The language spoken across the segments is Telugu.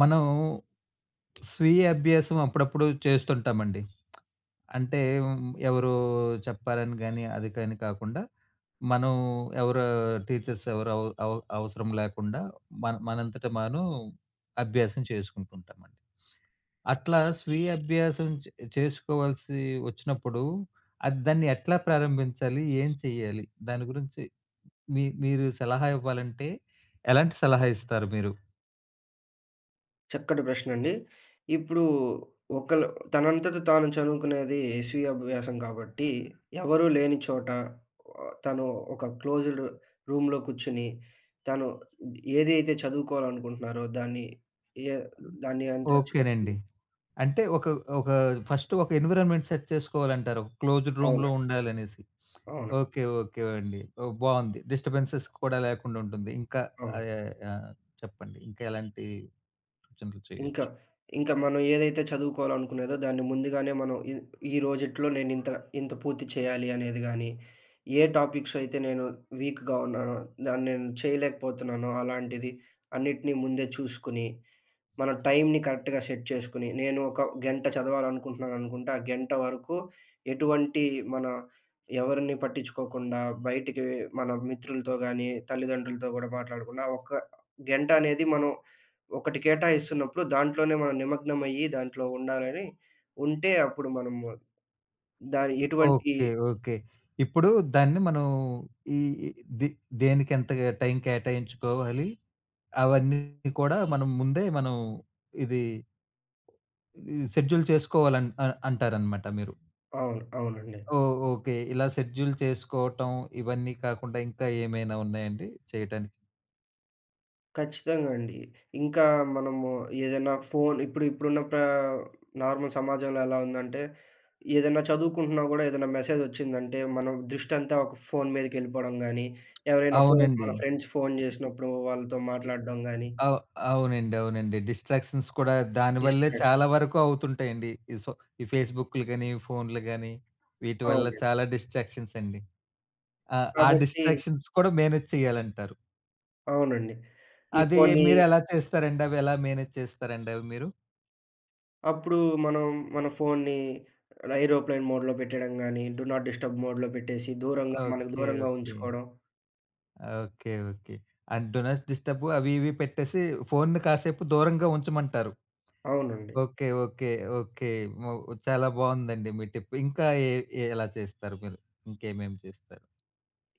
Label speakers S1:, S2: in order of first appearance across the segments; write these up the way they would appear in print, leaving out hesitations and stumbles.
S1: మనం స్వీయ అభ్యాసం అప్పుడప్పుడు చేస్తుంటామండి. అంటే ఎవరో చెప్పారని గాని, అది కాని కాకుండా మనం ఎవరో టీచర్స్ ఎవరు అవ అవ అవసరం లేకుండా మన మనంతట మనం అభ్యాసం చేసుకుంటుంటామండి. అట్లా స్వీయ అభ్యాసం చేసుకోవాల్సి వచ్చినప్పుడు అది దాన్ని ఎట్లా ప్రారంభించాలి? ఏం చేయాలి? దాని గురించి మీరు సలహా ఇవ్వాలంటే ఎలాంటి సలహా ఇస్తారు మీరు?
S2: చక్కటి ప్రశ్నండి. ఇప్పుడు ఒకళ్ళు తనంతట తాను చదువుకునేది స్వీయ అభ్యాసం కాబట్టి, ఎవరు లేని చోట తను ఒక క్లోజ్డ్ రూమ్‌లో కూర్చొని, తను ఏదైతే చదువుకోవాలనుకుంటున్నారో దాన్ని ఏ దాన్ని అంతా చూసుకొని
S1: ఓకేనండి. అంటే ఒక ఒక ఫస్ట్ ఒక ఎన్విరాన్మెంట్ సెట్ చేసుకోవాలంటారు. ఒక క్లోజ్డ్
S2: అవును.
S1: రూమ్‌లో ఉండాలనేసి.
S2: అవును.
S1: ఓకే. ఓకే అండి. ఓహ్! బావుంది. డిస్టర్బెన్సెస్ కూడా లేకుండా ఉంటుంది. ఇంకా
S2: అవును.
S1: ఆహ్, ఆహ్, చెప్పండి. ఇంకా ఎలాంటి సూచనలు
S2: ఇంకా.
S1: చేయొచ్చు?
S2: ఇంకా మనం ఏదైతే చదువుకోవాలనుకునేదో దాన్ని ముందుగానే మనం ఈ ఈ రోజుట్లో నేనింత ఇంత ఇంత పూర్తి చేయాలి అనేది గానీ, ఏ టాపిక్స్ అయితే నేను వీక్‌గా ఉన్నానో, దాన్ని నేను చేయలేకపోతున్నానో అలాంటిది అన్నిటిని ముందే చూసుకొని మన టైమ్‌ని కరెక్ట్‌గా సెట్ చేసుకొని, నేను ఒక గంట చదవాలనుకుంటున్నాననుకుంటే, ఆ గంట వరకు ఎటువంటి మన ఎవరిని పట్టించుకోకుండా, బయటికి మన మిత్రులతో గానీ, తల్లిదండ్రులతో గూడా మాట్లాడకుండా, ఆ ఒక్క గంట అనేది మనం ఒకటి కేటాయిస్తున్నప్పుడు, దాంట్లోనే మనం నిమగ్నమయ్యి, దాంట్లో ఉండాలని ఉంటే, అప్పుడు మనము దాని ఎటువంటి
S1: ఓకే. ఓకే. ఇప్పుడు దాన్ని మనం ఈ ఈ దె దేనికెంత టైం కేటాయించుకోవాలి? అవన్నీ కూడా మనం ముందే మనం ఇది షెడ్యూల్ చేసుకోవాలని అంటారన్నమాట మీరు.
S2: అవును. అవునండి.
S1: ఓహ్! ఓకే. ఇలా షెడ్యూల్ చేసుకోవటం ఇవన్నీ కాకుండా ఇంకా ఏమైనా ఉన్నాయండి చేయటానికి?
S2: ఖచ్చితంగా అండి. ఇంకా మనము ఏదైనా ఫోన్ ఇప్పుడున్న ప్రా నార్మల్ సమాజంలో ఎలా ఉందంటే, ఏదైనా చదువుకుంటున్నా గూడా ఏదైనా మెసేజొచ్చిందంటే, మనం దృష్టంతా ఒక ఫోన్ మీదకెళ్ళిపోవడం గానీ, ఎవరైనా ఫోన్
S1: అవునండి.
S2: మన ఫ్రెండ్స్ ఫోన్ జేసినప్పుడు వాళ్ళతో
S1: ఇ
S2: మాట్లాడడం గానీ,
S1: అవ్ అవునండి. అవునండి. డిస్ట్రాక్షన్స్ కూడా దానివల్లే
S2: డిస్ట్రాక్షన్.
S1: చాలా వరకు అవుతుంటాయండి. ఈ సో ఈ ఫేస్‌బుక్‌లు గాని, ఫోన్‌లు గాని వీటి వల్ల
S2: అవును.
S1: చాలా డిస్ట్రాక్షన్స్ అండి. ఆ! ఆ
S2: కాబట్టి
S1: డిస్ట్రాక్షన్స్ కూడా మేనేజ్ చేయాలంటారు.
S2: అవునండి. ఈ
S1: అది
S2: ఫోన్‌ని
S1: మీరెలా చేస్తారండి? అవి ఎలా మేనేజ్ చేస్తారండి అవి మీరు?
S2: అప్పుడు మనం మన ఫోన్‌ని ఏరోప్లేన్ మోడ్‌లో పెట్టేయడం గానీ, డు నాట్ డిస్టర్బ్ మోడ్‌లో పెట్టేసి దూరంగా మనకు
S1: ఓకే.
S2: దూరంగా
S1: ఓకే.
S2: ఉంచుకోవడం.
S1: Okay. Okay. And do not disturb అవి ఇవి పెట్టేసి ఫోన్‌ని కాసేపు దూరంగా ఉంచమంటారు.
S2: అవునండి.
S1: ఓకే. ఓకే. ఓకే. మో చాలా బావుందండి మీ టిప్. ఇంకా ఏ ఏ ఎలా చేస్తారు మీరు? ఇంకేమేమి చేస్తారు?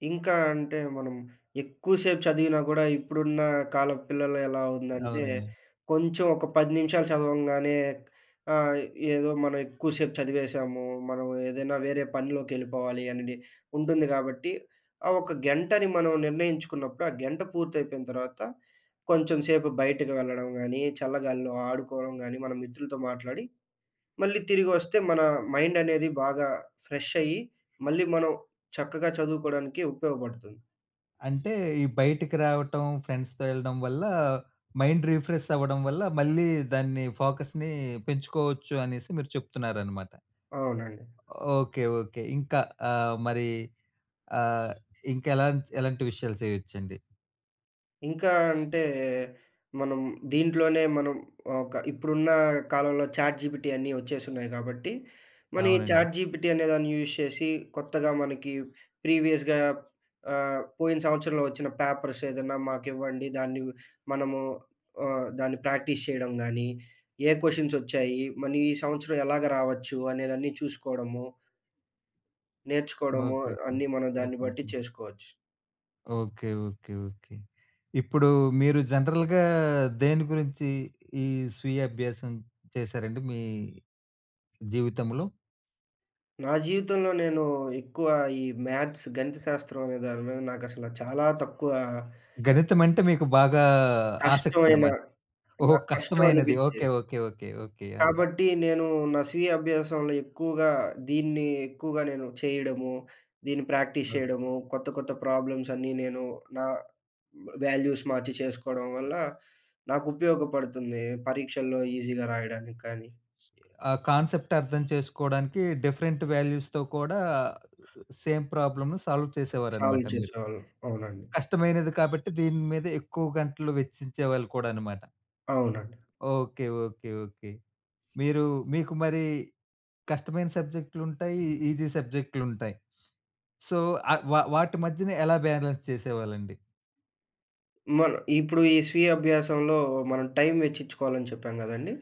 S2: ఇంకా అంటే మనం ఎక్కువ సేపు చదివినా గూడా ఇప్పుడున్న కాలం పిల్లలు ఎలా ఉందంటే,
S1: అవునండి.
S2: కొంచెం ఒక 10 నిమిషాలు చదవంగానే ఆహ్, ఏదో మనం ఎక్కువ సేపు చదివేశాము. మనం ఏదైనా వేరే పనిలోకెళ్ళిపోవాలి అని ఉంటుంది కాబట్టి, ఆ ఒక గంటని మనం నిర్ణయించుకున్నప్పుడు, ఆ గంట పూర్తయిపోయిన తర్వాత కొంచెం సేపు బయటకి వెళ్ళడం గానీ, చల్లగాలిలో ఆడుకోవడం గానీ, మన మిత్రులతో మాట్లాడి మళ్ళీ తిరిగొస్తే మన మైండ్ అనేది బాగా ఫ్రెష్ అయ్యి, మళ్ళీ మనం చక్కగా చదువుకోవడానికి ఉపయోగపడుతుంది.
S1: అంటే ఈ బయటికి రావటం, ఫ్రెండ్స్‌తో వెళ్ళడం వల్ల మైండ్ రిఫ్రెష్ అవ్వడం వల్ల మళ్ళీ దాన్ని ఫోకస్‌ని పెంచుకోవచ్చు అనేసి మీరు చెప్తున్నారనమాట.
S2: అవునండి.
S1: ఓకే. ఓకే. ఇంకా మరి ఆహ్, ఎలాంటి విషయాలు చేయొచ్చండి?
S2: ఇంకా అంటే, మనం దీంట్లోనే మనం ఒక ఇప్పుడున్న కాలంలో చాట్‌జీపీటీ అన్నీ వచ్చేసున్నాయి కాబట్టి, మన ఈ అవును.
S1: అవునండి.
S2: చాట్‌జీపీటీ అనేదాన్ని యూజ్ చేసి కొత్తగా మనకి ప్రీవియస్‌గా పోయిన సంవత్సరంలో వచ్చిన పేపర్స్ ఏదన్నా మాకివ్వండి. దాన్ని మనము దాన్ని ప్రాక్టీస్ చేయడం గానీ, ఏ క్వెషన్స్ వచ్చాయి? మన ఈ సంవత్సరం ఎలాగ రావచ్చు? అనేదన్నీ చూసుకోవడము, నేర్చుకోవడము
S1: ఓకే.
S2: అన్నీ మనం దాన్ని
S1: ఓకే.
S2: బట్టి
S1: ఓకే.
S2: చేసుకోవచ్చు.
S1: ఓకే. ఓకే. ఓకే. ఇప్పుడు మీరు జనరల్‌గా దేని గురించి ఈ స్వీయ అభ్యాసం చేశారండి మీ జీవితంలో?
S2: నా జీవితంలో నేను ఎక్కువ ఈ మ్యాథ్స్, గణిత శాస్త్రం అనే దాని మీద నాకసల చాలా తక్కువ
S1: గణితం అంటే మీకు బాగా
S2: కష్టమైన
S1: ఆసక్తనమాట. ఓహో!
S2: నాకు కష్టం
S1: కష్టమైనది. ఓకే.
S2: అనిపించేది.
S1: ఓకే. ఓకే. ఓకే. ఆ!
S2: కాబట్టి నేను నా స్వీయ అభ్యాసంలో ఎక్కువగా దీన్ని ఎక్కువగా నేను చేయడము, దీన్ని ప్రాక్టీస్
S1: ఓకే.
S2: చేయడము, కొత్త కొత్త ప్రాబ్లమ్స్ అన్నీ నేను నా వాల్యూస్ మార్చి చేసుకోవడం వల్ల నాకు ఉపయోగపడుతుంది. పరీక్షల్లో ఈజీగా రాయడానికి కానీ,
S1: ఆ కాన్సెప్ట్ అర్థం చేసుకోవడానికి డిఫరెంట్ వాల్యూస్‌తో కూడా సేమ్ ప్రాబ్లమ్‌ను సాల్వ్
S2: సాల్వ్
S1: చేసేవారనమాట మీరు.
S2: చేసేవాళ్ళం. అవునండి.
S1: కష్టమైనది కాబట్టి దీని మీద ఎక్కువ గంటలు వెచ్చించేవాళ్ళు కూడా అనమాట.
S2: అవునండి.
S1: ఓకే. ఓకే. ఓకే. మీరు మీకు మరి కష్టమైన సబ్జెక్ట్‌లుంటాయి. ఈజీ సబ్జెక్ట్‌లుంటాయి. సో, వాటి మధ్యన ఎలా బ్యాలెన్స్ చేసేవాళ్ళండి?
S2: మన ఇప్పుడు ఈ స్వీయ అభ్యాసంలో మనం టైం వెచ్చించుకోవాలని చెప్పాం గదండీ!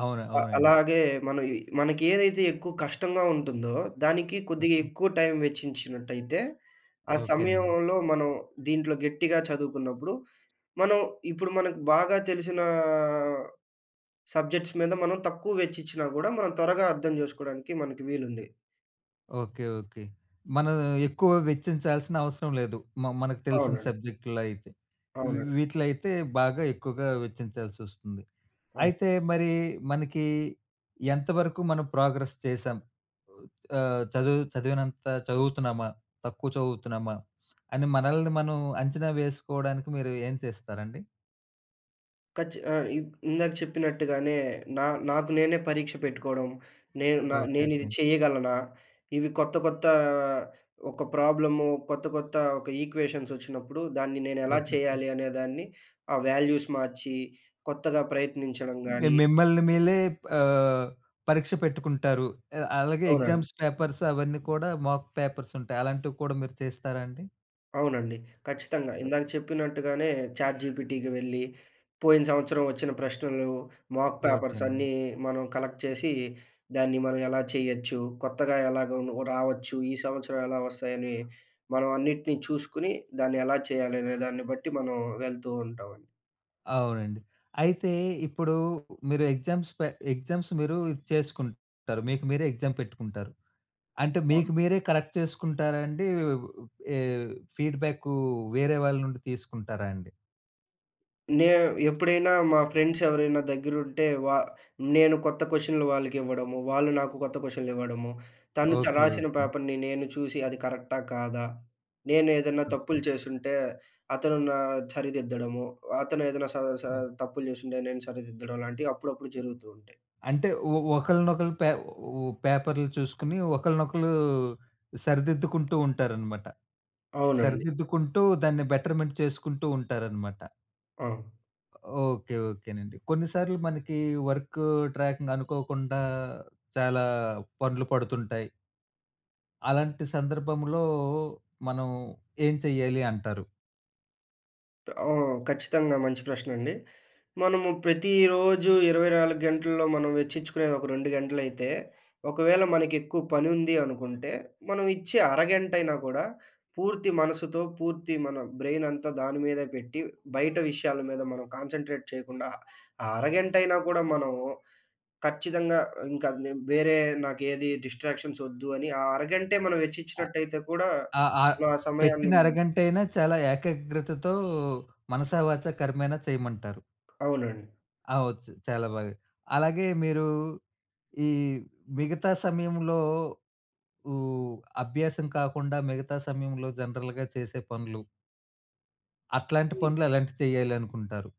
S1: అవును. అవునండి.
S2: అలాగే మనం ఈ మనకి ఏదైతే ఎక్కువ కష్టంగా ఉంటుందో, దానికి కొద్దిగా
S1: ఓకే.
S2: ఎక్కువ టైం వెచ్చించినట్టయితే, ఆ
S1: ఓకేనండి.
S2: సమయంలో మనం దీంట్లో గట్టిగా చదువుకున్నప్పుడు, మనం ఇప్పుడు మనకు బాగా తెలిసిన సబ్జెక్ట్స్ మీద మనం తక్కువ వెచ్చించినా గూడా, మనం త్వరగా అర్థం జేసుకోవడానికి మనకి వీలుంది.
S1: ఓకే. ఓకే. మనం ఎక్కువ వెచ్చించాల్సిన అవసరం లేదు. మనకు తెలిసిన
S2: అవునండి.
S1: సబ్జెక్ట్‌లో అయితే.
S2: అవునండి.
S1: వీటిలో అయితే బాగా ఎక్కువగా వెచ్చించాల్సొస్తుంది.
S2: అవును.
S1: అయితే మరి మనకి ఎంతవరకు మనం ప్రోగ్రెస్ చేశాం? చదువు చదివినంత చదువుతున్నామా? తక్కువ చదువుతున్నామా? అని మనల్ని మనం అంచనా వేసుకోవడానికి మీరు ఏం చేస్తారండి?
S2: ఖచ్చి ఆహ్, ఇ ఇందాక చెప్పినట్టుగానే నా నాకు నేనే పరీక్ష పెట్టుకోవడం. నేను నా
S1: ఓకే.
S2: నేనిది
S1: ఓకే.
S2: చేయగలనా? ఇవి కొత్త కొత్త ఒక ప్రాబ్లము, కొత్త కొత్త ఒక ఈక్వేషన్స్ వచ్చినప్పుడు దాన్ని నేనెలా
S1: ఓకే. ఓకే.
S2: చేయాలి అనేదాన్ని ఆ వాల్యూస్ మార్చి కొత్తగా ప్రయత్నించడం గాని
S1: మిమ్మల్ని మీలే ఆహ్, పరీక్ష పెట్టుకుంటారు. అలాగే
S2: అవునండి.
S1: ఎగ్జామ్స్ పేపర్స్ అవన్నీ కూడా మాక్ పేపర్స్ ఉంటాయి. అలాంటివి కూడా మీరు చేస్తారా అండి?
S2: అవునండి. ఖచ్చితంగా.
S1: ఓ
S2: ఇందాక చెప్పినట్టుగానే చాట్‌జీపీటీకి వెళ్ళి, పోయిన సంవత్సరం వచ్చిన ప్రశ్నలు, మాక్
S1: ఓకే
S2: పేపర్స్
S1: అండి.
S2: అన్నీ మనం కలెక్ట్ చేసి, దాన్ని మనం ఎలా చేయొచ్చు, కొత్తగా ఎలాగ రావచ్చు, ఈ సంవత్సరం ఎలా వస్తాయని మనం అన్నిటిని చూసుకొని, దాన్ని ఎలా చేయాలి అనే దాన్ని బట్టి మనం వెళ్తూ ఉంటామండి.
S1: అవునండి. అయితే ఇప్పుడు మీరు ఎగ్జామ్స్ మీరు ఇది చేసుకుంటారు. మీకు మీరే ఎగ్జామ్ పెట్టుకుంటారు. అంటే మీకు మీరే కరెక్ట్ చేసుకుంటారా అండి? ఏ ఫీడ్‌బ్యాకు వేరే వాళ్ళ నుండి తీసుకుంటారా అండి?
S2: నే ఎప్పుడైనా మా ఫ్రెండ్స్ ఎవరైనా దగ్గరుంటే నేను కొత్త క్వెషన్‌లు వాళ్ళకివ్వడము, వాళ్ళు నాకు కొత్త క్వెషన్‌లివ్వడము. తను
S1: ఓకే.
S2: రాసిన
S1: ఓకే.
S2: పేపర్‌ని నేను చూసి అది కరెక్టా? కాదా? నేను ఏదైనా
S1: ఓకే.
S2: తప్పులు చేసుంటే అతను నా సరిదిద్దడము, అతను ఏదైనా స స
S1: ఓకే.
S2: తప్పులు చేసుంటే నేను సరిదిద్దడం లాంటివి అప్పుడప్పుడు జరుగుతూ ఉంటాయి.
S1: అంటే ఒకళ్ళనొకళ్ళు పే ఓ పేపర్‌లు చూసుకొని ఒకళ్ళనొకళ్ళు సరిదిద్దుకుంటూ ఉంటారనమాట.
S2: అవునండి.
S1: సరిదిద్దుకుంటూ దాన్ని బెటర్‌మెంట్ చేసుకుంటూ ఉంటారనమాట.
S2: అవును.
S1: ఓకే. ఓకేనండి. కొన్నిసార్లు మనకి వర్క్ ట్రాకింగ్ అనుకోకుండా చాలా పనులు పడుతుంటాయి. అలాంటి సందర్భంలో మనం ఏం చెయ్యాలి అంటారు?
S2: ఆ! ఖచ్చితంగా మంచి ప్రశ్నండి. మనము ప్రతిరోజు 24 గంటల్లో మనం వెచ్చించుకునేది ఒక 2 గంటలైతే, ఒకవేళ మనకెక్కువ పనుంది అనుకుంటే, మనం ఇచ్చే అరగంటైనా కూడా పూర్తి మనసుతో, పూర్తి మన బ్రెయిన్ అంతా దాని మీదే పెట్టి, బయట విషయాల మీద మనం కాన్సంట్రేట్ చేయకుండా, ఆ అరగంటైనా కూడా మనము ఖచ్చితంగా ఇంకా నే వేరే నాకేది డిస్ట్రాక్షన్స్ వద్దు అని, ఆ అరగంటే మనం
S1: ఆహ్,
S2: వెచ్చించినట్టయితే కూడా,
S1: ఆ ఆ
S2: మనం ఆ సమయాన్ని
S1: పెట్టిన అరగంటైనా చాలా ఏకాగ్రతతో మనసా వాచా కర్మేనా చేయమంటారు.
S2: అవునండి.
S1: ఆ! ఒచ్చు చాలా బాగా. అలాగే మీరు ఈ మిగతా సమయంలో ఊ అభ్యాసం కాకుండా మిగతా సమయంలో జనరల్‌గా చేసే పనులు, అట్లాంటి పనులు ఎలాంటివి చేయాలనుకుంటారు?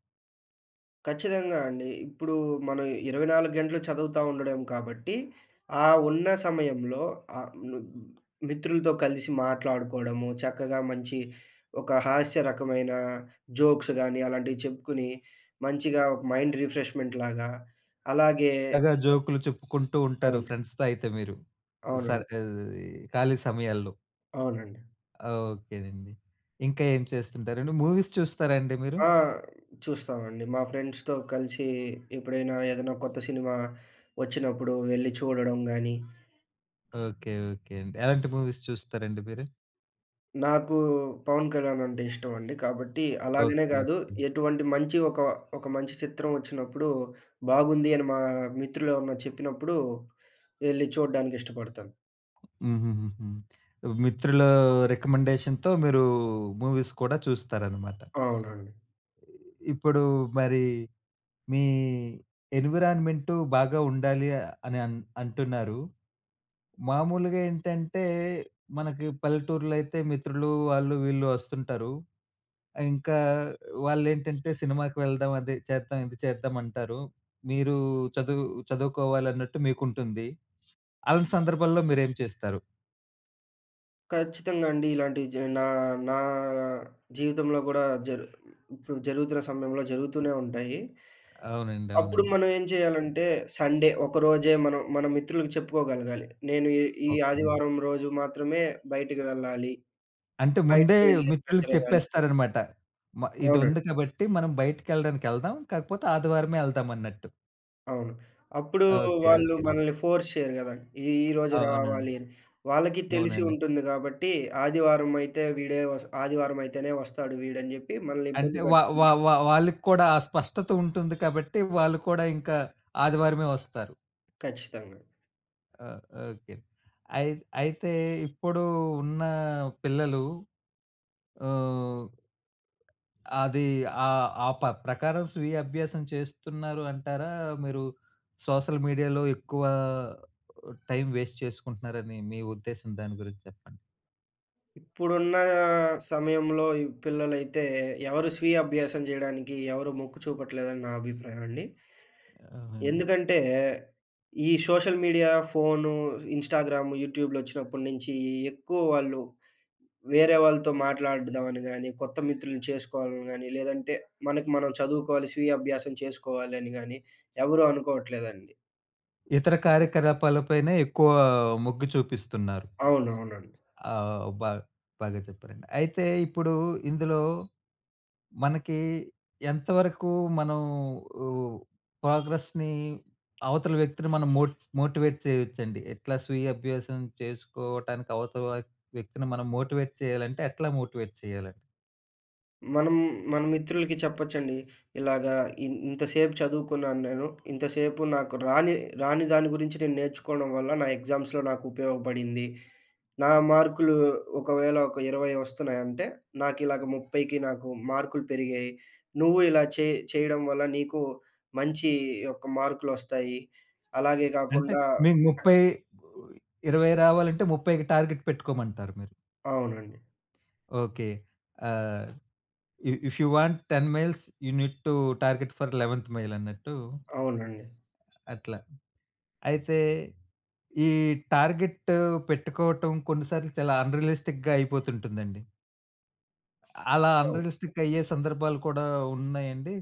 S2: ఖచ్చితంగా అండి. ఇప్పుడు మనం 24 గంటలు చదువుతా ఉండడం కాబట్టి, ఆ ఉన్న సమయంలో ఆహ్, ను మిత్రులతో కలిసి మాట్లాడుకోవడము, చక్కగా మంచి ఒక హాస్య రకమైన జోక్స్ గాని, అలాంటివి చెప్పుకొని, మంచిగా ఒక మైండ్ రిఫ్రెష్‌మెంట్ లాగా, అలాగే
S1: సరదాగా జోకులు చెప్పుకుంటూ ఉంటారు
S2: అవును.
S1: ఫ్రెండ్స్‌తో అయితే మీరు. సర్
S2: అవునండి.
S1: ఖాళీ సమయాల్లో.
S2: అవునండి.
S1: ఓకేనండి. ఇంకా ఏం చేస్తుంటారండి? మూవీస్ చూస్తారా అండి మీరు?
S2: ఆ! చూస్తామండి. మా ఫ్రెండ్స్‌తో కలిసి ఎప్పుడైనా ఏదైనా కొత్త సినిమా వచ్చినప్పుడు వెళ్లి చూడడం గాని
S1: ఓకే. ఓకే అండి. ఎలాంటి మూవీస్ చూస్తారండి మీరు?
S2: నాకు 'పవన్ కళ్యాణ్' అంటే ఇష్టమండి. కాబట్టి అలాగనే ఓకే.
S1: ఓకే.
S2: గాదు,
S1: ఓకే.
S2: ఎటువంటి మంచి ఒక, ఒక మంచి చిత్రం ఒచ్చినప్పుడు, బాగుంది అని మా మిత్రులెవరన్నా చెప్పినప్పుడు, ఎళ్లి చూడడానికి ఇష్టపడతాను.
S1: హుహుహుహు. మిత్రుల రికమెండేషన్‌తో మీరు మూవీస్ కూడా చూస్తారనమాట.
S2: అవునండి.
S1: ఇప్పుడు మరి మీ ఎన్విరాన్మెంటు బాగా ఉండాలి అని అంటున్నారు. మామూలుగా ఏంటంటే, మనకి పల్లెటూర్లో అయితే మిత్రులు వాళ్ళు వీళ్ళు వస్తుంటారు. ఇంకా వాళ్ళేంటంటే సినిమాకి వెళ్దాం, అది చేద్దాం, ఇది చేద్దాం అంటారు. మీరు చదువు చదువుకోవాలన్నట్టు మీకుంటుంది. అలాంటి సందర్భాల్లో మీరేం చేస్తారు?
S2: ఖచ్చితంగా అండి. ఇలాంటివి జ నా నా జీవితంలో గూడా ఇప్పుడు జరుగుతున్న సమయంలో జరుగుతూనే ఉంటాయి.
S1: అవునండి.
S2: అప్పుడు
S1: అవునండి.
S2: మనం ఏం చేయాలంటే, సండే ఒకరోజే మనం మన మిత్రులకు చెప్పుకోగలగాలి. నేను ఈ ఈ
S1: ఓకేనండి.
S2: ఆదివారం రోజు మాత్రమే బయటికి వెళ్ళాలి.
S1: అంటే ముందే
S2: బయటికి వెళ్లి ఇలా
S1: మిత్రులకి
S2: తిరగాలి.
S1: చెప్పేస్తారనమాట. మ
S2: అవునండి.
S1: ఇదుంది కాబట్టి మనం బయటికెళ్ళడానికి ఎళ్దాం. కాకపోతే ఆదివారమే ఎళ్దాం అన్నట్టు.
S2: అవును. అప్పుడు
S1: ఓకే. ఓకే
S2: వాళ్ళు
S1: అండి.
S2: మనల్ని ఫోర్స్ చేయరు గదా! ఈ ఈ రోజు
S1: అవునండి.
S2: రావాలి అని. వాళ్ళకి తెలిసి
S1: అవునండి.
S2: ఉంటుంది గాబట్టి, ఆదివారం అయితే వీడే వస్ ఆదివారం అయితేనే వస్తాడు వీడని జెప్పి మనల్ని
S1: అంటే
S2: ఇబ్బంది
S1: వా వా
S2: పెట్టకుండా
S1: వా వాళ్ళకి కూడా ఆ స్పష్టత ఉంటుంది కాబట్టి, వాళ్ళు కూడా ఇంకా ఆదివారమే వస్తారు.
S2: ఖచ్చితంగా.
S1: ఆ! ఓకే. అయి అయితే ఇప్పుడు ఉన్న పిల్లలు ఆహ్, అది ఆహ్, ఆ ప ప్రకారం స్వీయ అభ్యాసం చేస్తున్నారు అంటారా? మీరు సోషల్ మీడియాలో ఎక్కువ టైమ్ వేస్ట్ చేసుకుంటున్నారని మీ ఉద్దేశం దాని గురించి చెప్పండి?
S2: ఇప్పుడున్న సమయంలో ఈ పిల్లలైతే ఎవరు స్వీయ అభ్యాసం జేయడానికి ఎవరు మొక్కు చూపట్లేదని నా అభిప్రాయం అండి.
S1: అవునండి.
S2: ఎందుకంటే, ఈ సోషల్ మీడియా, ఫోను, ఇన్‌స్టాగ్రాము, యూట్యూబ్‌లొచ్చినప్పటి నుంచి ఎక్కువ వాళ్ళు వేరే వాళ్ళతో మాట్లాడదామని గాని, కొత్త మిత్రులను చేసుకోవాలని గాని, లేదంటే మనకు మనం చదువుకోవాలి, స్వీయ అభ్యాసం చేసుకోవాలని గాని ఎవరు అనుకోవట్లేదండి.
S1: ఇతర కార్యకలాపాలపైనే ఎక్కువ మొగ్గు చూపిస్తున్నారు.
S2: అవునవునండి.
S1: ఆ! బా బాగా చెప్పారండి. అయితే ఇప్పుడు ఇందులో మనకి ఎంతవరకు మనం ఆహ్, ప్రోగ్రెస్‌ని అవతల వ్యక్తిని మనం మోటివేట్ చేయొచ్చండి? ఎట్లా స్వీయ అభ్యాసం చేసుకోవటానికి అవతల వ్యక్తిని మనం మోటివేట్ చేయాలంటే ఎట్లా మోటివేట్ చేయాలండి?
S2: మనం మన మిత్రులకి చెప్పొచ్చండి. ఇలాగా ఇంతసేపు చదువుకున్నాను నేను. ఇంతసేపు నాకు రాని రాని దాని గురించి నేను నేర్చుకోవడం వల్ల నా ఎగ్జామ్స్‌లో నాకు ఉపయోగపడింది. నా మార్కులు ఒకవేళ ఒక 20 వస్తున్నాయంటే, నాకిలాగ 30కి నాకు మార్కులు పెరిగాయి. నువ్వు ఇలా చేయడం వల్ల నీకు మంచి యొక్క మార్కులొస్తాయి. అలాగే
S1: అంటే
S2: కాకుండా
S1: మీకు 30 20 రావాలంటే 30కి టార్గెట్ పెట్టుకోమంటారు మీరు.
S2: అవునండి.
S1: Okay. Uh, if if you want 10 miles you need to target for 11థ్ మైల్ అన్నట్టు
S2: అవునండి.
S1: అట్లా. అయితే ఈ టార్గెట్ పెట్టుకోవటం కొన్ని సార్లు చాలా అన్‌రియలిస్టిక్‌గా అయిపోతుంటుందండి. అలా
S2: అవును.
S1: అన్‌రియలిస్టిక్ అయ్యే సందర్భాలు కూడా ఉన్నాయండి.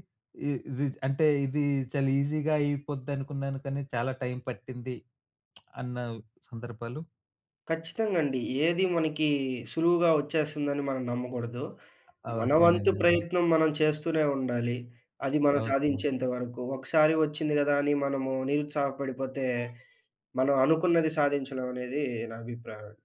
S1: ఇది అంటే ఇది చాలా ఈజీగా అయిపోద్దనుకున్నాను కానీ చాలా టైం పట్టింది అన్న సందర్భాలు
S2: ఖచ్చితంగా అండి. ఏది మనకి సులువుగా వచ్చేస్తుందని మనం నమ్మకూడదు. మన వంతు
S1: ఓకేనండి.
S2: ప్రయత్నం మనం చేస్తూనే ఉండాలి. అది మనం
S1: ఓకే.
S2: సాధించేంత వరకు. ఒకసారి వచ్చింది గదా! అని మనము నిరుత్సాహపడిపోతే, మనం అనుకున్నది సాధించలేమనేది నా అభిప్రాయం అండి.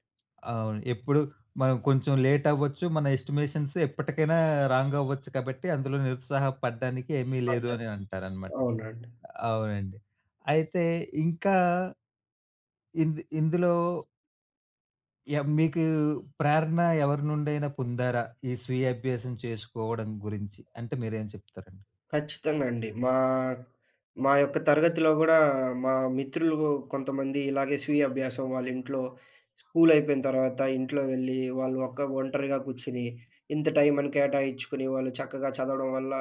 S1: అవును. ఎప్పుడు మనం కొంచెం లేట్ అవ్వచ్చు. మన ఎస్టిమేషన్స్ ఎప్పటికైనా రాంగ్ అవ్వచ్చు కాబట్టి అందులో నిరుత్సాహపడడానికి ఏమీ లేదు
S2: అర్థం.
S1: అని అంటారనమాట.
S2: అవునండి.
S1: అవునండి. అయితే ఇంకా ఇందులో మీకు ప్రేరణ ఎవరి నుండైనా పొందారా? ఈ స్వీయ అభ్యాసం చేసుకోవడం గురించి? అంటే మీరేం చెప్తారండి?
S2: ఖచ్చితంగా అండి. మా మా యొక్క తరగతిలో గూడా మా మిత్రులు కొంతమంది ఇలాగే స్వీయ అభ్యాసం వాళ్ళ ఇంట్లో స్కూల్ అయిపోయిన తర్వాత ఇంట్లో వెళ్లి వాళ్ళు ఒక్క ఒంటరిగా కూర్చొని ఇంత టైం అని కేటాయించుకొని వాళ్ళు చక్కగా చదవడం వల్ల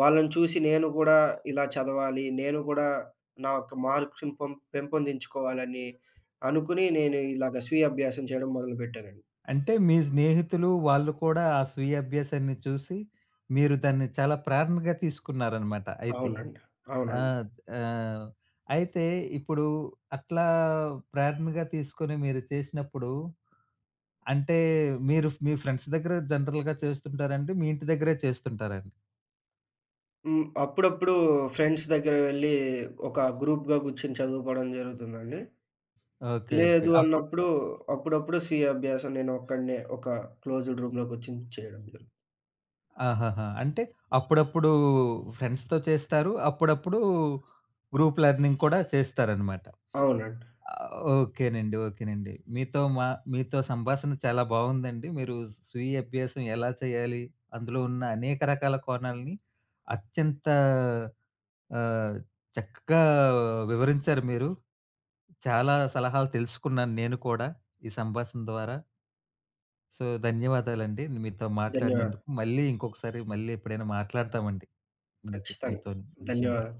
S2: వాళ్ళని చూసి నేను కూడా ఇలా చదవాలి. నేను కూడా నా యొక్క మార్క్స్‌ని పెంపొందించుకోవాలని అనుకుని నేను ఇలాగ స్వీయ అభ్యాసం చేయడం మొదలుపెట్టానండి.
S1: అంటే మీ స్నేహితులు వాళ్ళు కూడా ఆ స్వీయ అభ్యాసాన్ని చూసి, మీరు దాన్ని చాలా ప్రేరణగా తీసుకున్నారనమాట అయితే.
S2: అవునండి.
S1: ఆ!
S2: అవునండి.
S1: ఆహ్, అయితే ఇప్పుడు అట్లా ప్రేరణగా తీసుకొని మీరు చేసినప్పుడు, అంటే మీరు మీ ఫ్రెండ్స్ దగ్గర జనరల్‌గా చేస్తుంటారండి? మీ ఇంటి దగ్గరే చేస్తుంటారండి?
S2: హ్మ్. అప్పుడప్పుడు ఫ్రెండ్స్ దగ్గర వెళ్లి ఒక గ్రూప్‌గా కూర్చొని చదువుకోవడం జరుగుతుందండి.
S1: ఓకే. ఓకే.
S2: లేదు
S1: అప్పుడు
S2: అన్నప్పుడు అప్పుడప్పుడు స్వీయ అభ్యాసం నేను ఒక్కడినే ఒక క్లోజ్డ్ రూమ్‌లో కూర్చొని చేయడం జరుగుతుంది.
S1: ఆహాహా! అంటే అప్పుడప్పుడు ఫ్రెండ్స్‌తో చేస్తారు. అప్పుడప్పుడు గ్రూప్ లెర్నింగ్ కూడా చేస్తారనమాట.
S2: అవునండి.
S1: ఓకేనండి. ఓకేనండి. మీతో సంభాషణ చాలా బావుందండి. మీరు స్వీయ అభ్యాసం ఎలా చేయాలి? అందులో ఉన్న అనేక రకాల కోణాలని అత్యంత ఆహ్, చక్కగా వివరించారు మీరు. చాలా సలహాలు తెలుసుకున్నాను నేను కూడా ఈ సంభాషణ ద్వారా. సో, ధన్యవాదాలండి. మీతో
S2: ధన్యవాదాలు.
S1: మాట్లాడినందుకు. మళ్ళీ ఇంకొకసారి మళ్ళీ ఎప్పుడైనా మాట్లాడతామండి. మీకు
S2: ఖచ్చితంగా.
S1: మీతోని విషయం
S2: ధన్యవాదాలు.